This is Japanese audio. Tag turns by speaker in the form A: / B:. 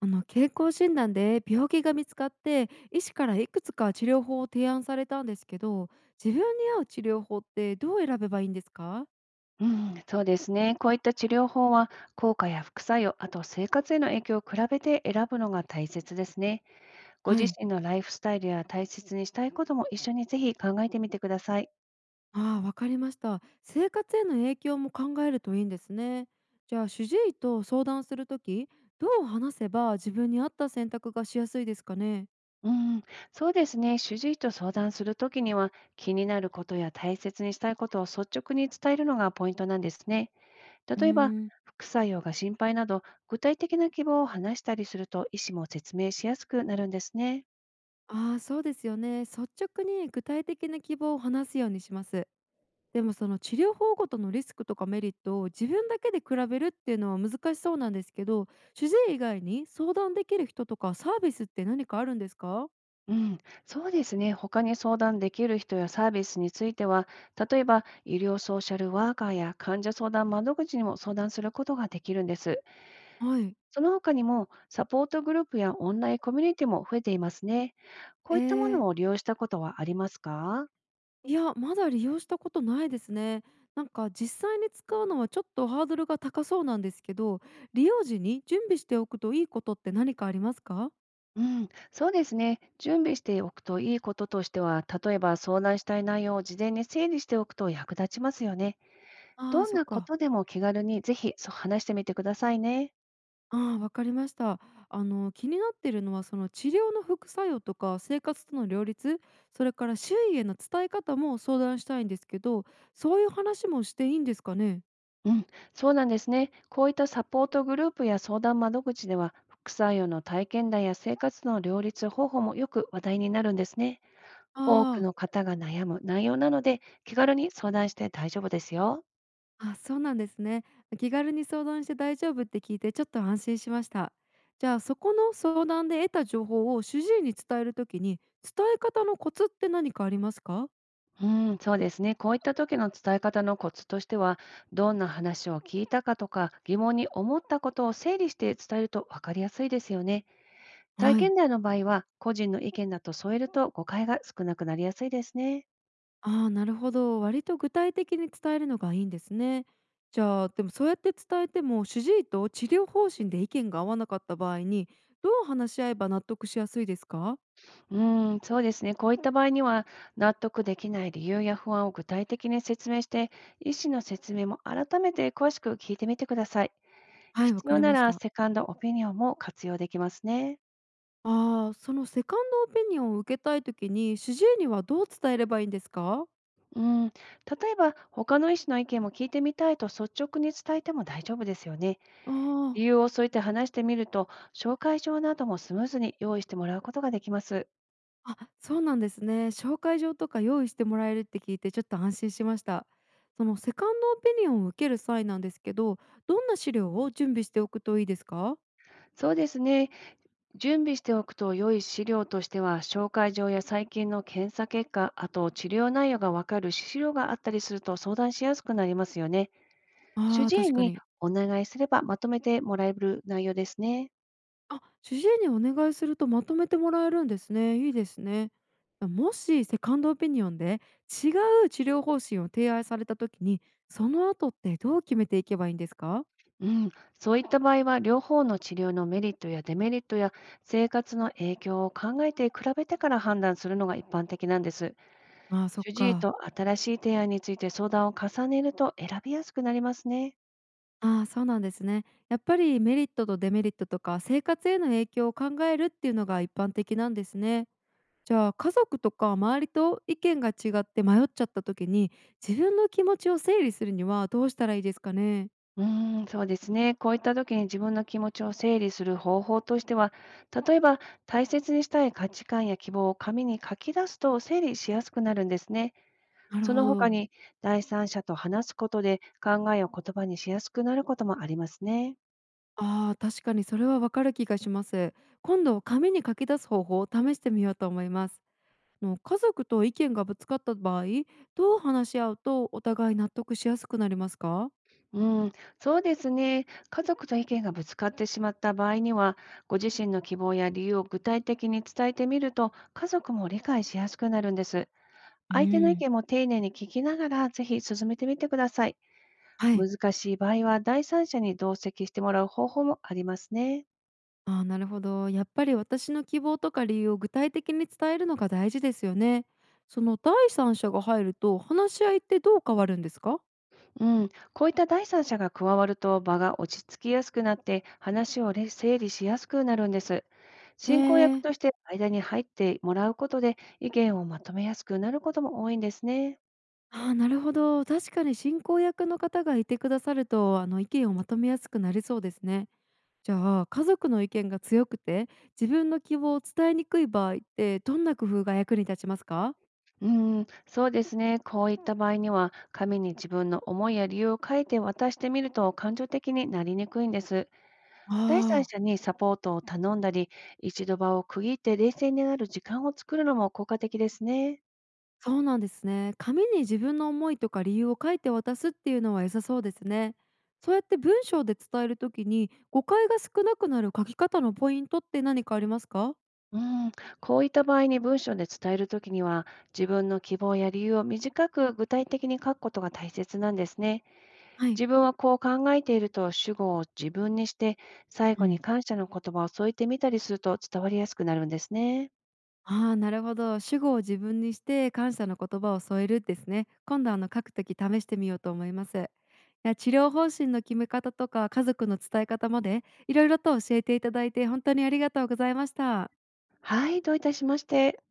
A: 健康診断で病気が見つかって、医師からいくつか治療法を提案されたんですけど、自分に合う治療法ってどう選べばいいんですか？
B: うん、そうですね。こういった治療法は効果や副作用、あと生活への影響を比べて選ぶのが大切ですね。ご
A: は
B: 自
A: い。
B: 身のライフスタイルや大切にしたいことも一緒にぜひ考えてみてください。
A: ああ、わかりました。生活への影響も考えるといいんですね。じゃあ主治医と相談するとき、どう話せば自分に合った選択がしやすいですかね？
B: うん、そうですね。主治医と相談するときには、気になることや大切にしたいことを率直に伝えるのがポイントなんですね。
A: う
B: 例えば、
A: ーん。
B: 副作用が心配など具体的な希望を話したりすると、医師も説明しやすくなるんですね。
A: ああ、そうですよね。率直に具体的な希望を話すようにします。でも、その治療法ごとのリスクとかメリットを自分だけで比べるっていうのは難しそうなんですけど、主治医以外に相談できる人とかサービスって何かあるんですか？
B: うん、そうですね。他に相談できる人やサービスについては、例えば医療ソーシャルワーカーや患者相談窓口にも相談することができるんです。
A: はい。
B: その他にも、サポートグループやオンラインコミュニティも増えていますね。こ
A: え
B: ういったも
A: ー、
B: のを利用したことはありますか？
A: いや、まだ利用したことないですね。なんか実際に使うのはちょっとハードルが高そうなんですけど、利用時に準備しておくといいことって何かありますか？
B: うん、そうですね。準備しておくといいこととしては、例えば相談したい内容を事前に整理しておくと役立ちますよね。
A: あー、
B: どん
A: そっ
B: なこ
A: か。
B: とでも気軽に、ぜひそう話してみてくださいね。
A: ああ、わかりました。気になっているのはその治療の副作用とか生活との両立、それから周囲への伝え方も相談したいんですけど、そういう話もしていいんですかね？
B: うん、そうなんですね。こういったサポートグループや相談窓口では、副作用の体験談や生活の両立方法もよく話題になるんですね。多く
A: あ
B: の方が悩む内容なので、気軽に相談して大丈夫ですよ。
A: あ、あ、そうなんですね。気軽に相談して大丈夫って聞いて、ちょっと安心しました。じゃあ、そこの相談で得た情報を主治医に伝えるときに、伝え方のコツって何かありますか？
B: うん、そうですね。こういった時の伝え方のコツとしては、どんな話を聞いたかとか、疑問に思ったことを整理して伝えると分かりやすいですよね。体
A: は
B: 験
A: い。
B: 談の場合は、個人の意見だと添えると誤解が少なくなりやすいですね。
A: ああ、なるほど。割と具体的に伝えるのがいいんですね。じゃあ、でもそうやって伝えても、主治医と治療方針で意見が合わなかった場合に、どう話し合えば納得しやすいですか？
B: うーん、そうですね。こういった場合には、納得できない理由や不安を具体的に説明して、医師の説明も改めて詳しく聞いてみてください。
A: はい、わ
B: 必
A: か
B: 要
A: り
B: な
A: まし
B: ら、
A: た。
B: セカンドオピニオンも活用できますね。
A: ああー、そのセカンドオピニオンを受けたいときに、主治医にはどう伝えればいいんですか？
B: うん、例えば、他の医師の意見も聞いてみたいと率直に伝えても大丈夫ですよね。
A: あ
B: 理由を添えて話してみると、紹介状などもスムーズに用意してもらうことができます。
A: あ、あ、そうなんですね。紹介状とか用意してもらえるって聞いて、ちょっと安心しました。そのセカンドオピニオンを受ける際なんですけど、どんな資料を準備しておくといいですか？
B: そうですね。準備しておくと良い資料としては、紹介状や最近の検査結果、あと治療内容がわかる資料があったりすると、相談しやすくなりますよね。主
A: ああ、
B: 治医
A: 確か
B: に
A: に。
B: お願いすれば、まとめてもらえる内容ですね。
A: あ、主治医にお願いするとまとめてもらえるんですね。いいですね。あ、もしセカンドオピニオンで違う治療方針を提案された時に、その後ってどう決めていけばいいんですか？
B: うん、そういった場合は、両方の治療のメリットやデメリットや生活の影響を考えて比べてから判断するのが一般的なんです。
A: ああー、そっ
B: 主治医
A: か。
B: と新しい提案について相談を重ねると、選びやすくなりますね。
A: ああ、そうなんですね。やっぱりメリットとデメリットとか生活への影響を考えるっていうのが一般的なんですね。じゃあ、家族とか周りと意見が違って迷っちゃった時に、自分の気持ちを整理するにはどうしたらいいですかね？
B: うーん、そうですね。こういった時に自分の気持ちを整理する方法としては、例えば大切にしたい価値観や希望を紙に書き出すと整理しやすくなるんですね。
A: なる
B: そ
A: ほ
B: の他
A: ど。
B: に、第三者と話すことで考えを言葉にしやすくなることもありますね。
A: ああ、確かにそれはわかる気がします。今度紙に書き出す方法を試してみようと思います。の家族と意見がぶつかった場合、どう話し合うとお互い納得しやすくなりますか？
B: うん、そうですね。家族と意見がぶつかってしまった場合には、ご自身の希望や理由を具体的に伝えてみると、家族も理解しやすくなるんです。
A: う
B: 相手の意
A: ん、
B: 見も丁寧に聞きながら、ぜひ進めてみてください。
A: はい。
B: 難しい場合は、第三者に同席してもらう方法もありますね。
A: ああ、なるほど。やっぱり私の希望とか理由を具体的に伝えるのが大事ですよね。その第三者が入ると話し合いってどう変わるんですか？
B: うん、こういった第三者が加わると場が落ち着きやすくなって、話を整理しやすくなるんです。
A: え
B: 進行役
A: ー、
B: として間に入ってもらうことで、意見をまとめやすくなることも多いんですね。
A: あー、なるほど。確かに進行役の方がいてくださると、意見をまとめやすくなりそうですね。じゃあ、家族の意見が強くて自分の希望を伝えにくい場合って、どんな工夫が役に立ちますか？
B: うん、そうですね。こういった場合には、紙に自分の思いや理由を書いて渡してみると感情的になりにくいんです。
A: あ
B: 第三
A: あ、
B: 者にサポートを頼んだり、一度場を区切って冷静になる時間を作るのも効果的ですね。
A: そうなんですね。紙に自分の思いとか理由を書いて渡すっていうのは良さそうですね。そうやって文章で伝えるときに、誤解が少なくなる書き方のポイントって何かありますか？
B: うん、こういった場合に文章で伝えるときには、自分の希望や理由を短く具体的に書くことが大切なんですね。
A: はい。
B: 自分はこう考えていると主語を自分にして、最後に感謝の言葉を添えてみたりすると伝わりやすくなるんですね。
A: ああ、なるほど。主語を自分にして感謝の言葉を添えるですね。今度書くとき試してみようと思います。いや、治療方針の決め方とか家族の伝え方までいろいろと教えていただいて、本当にありがとうございました。
B: はい、どういたしまして。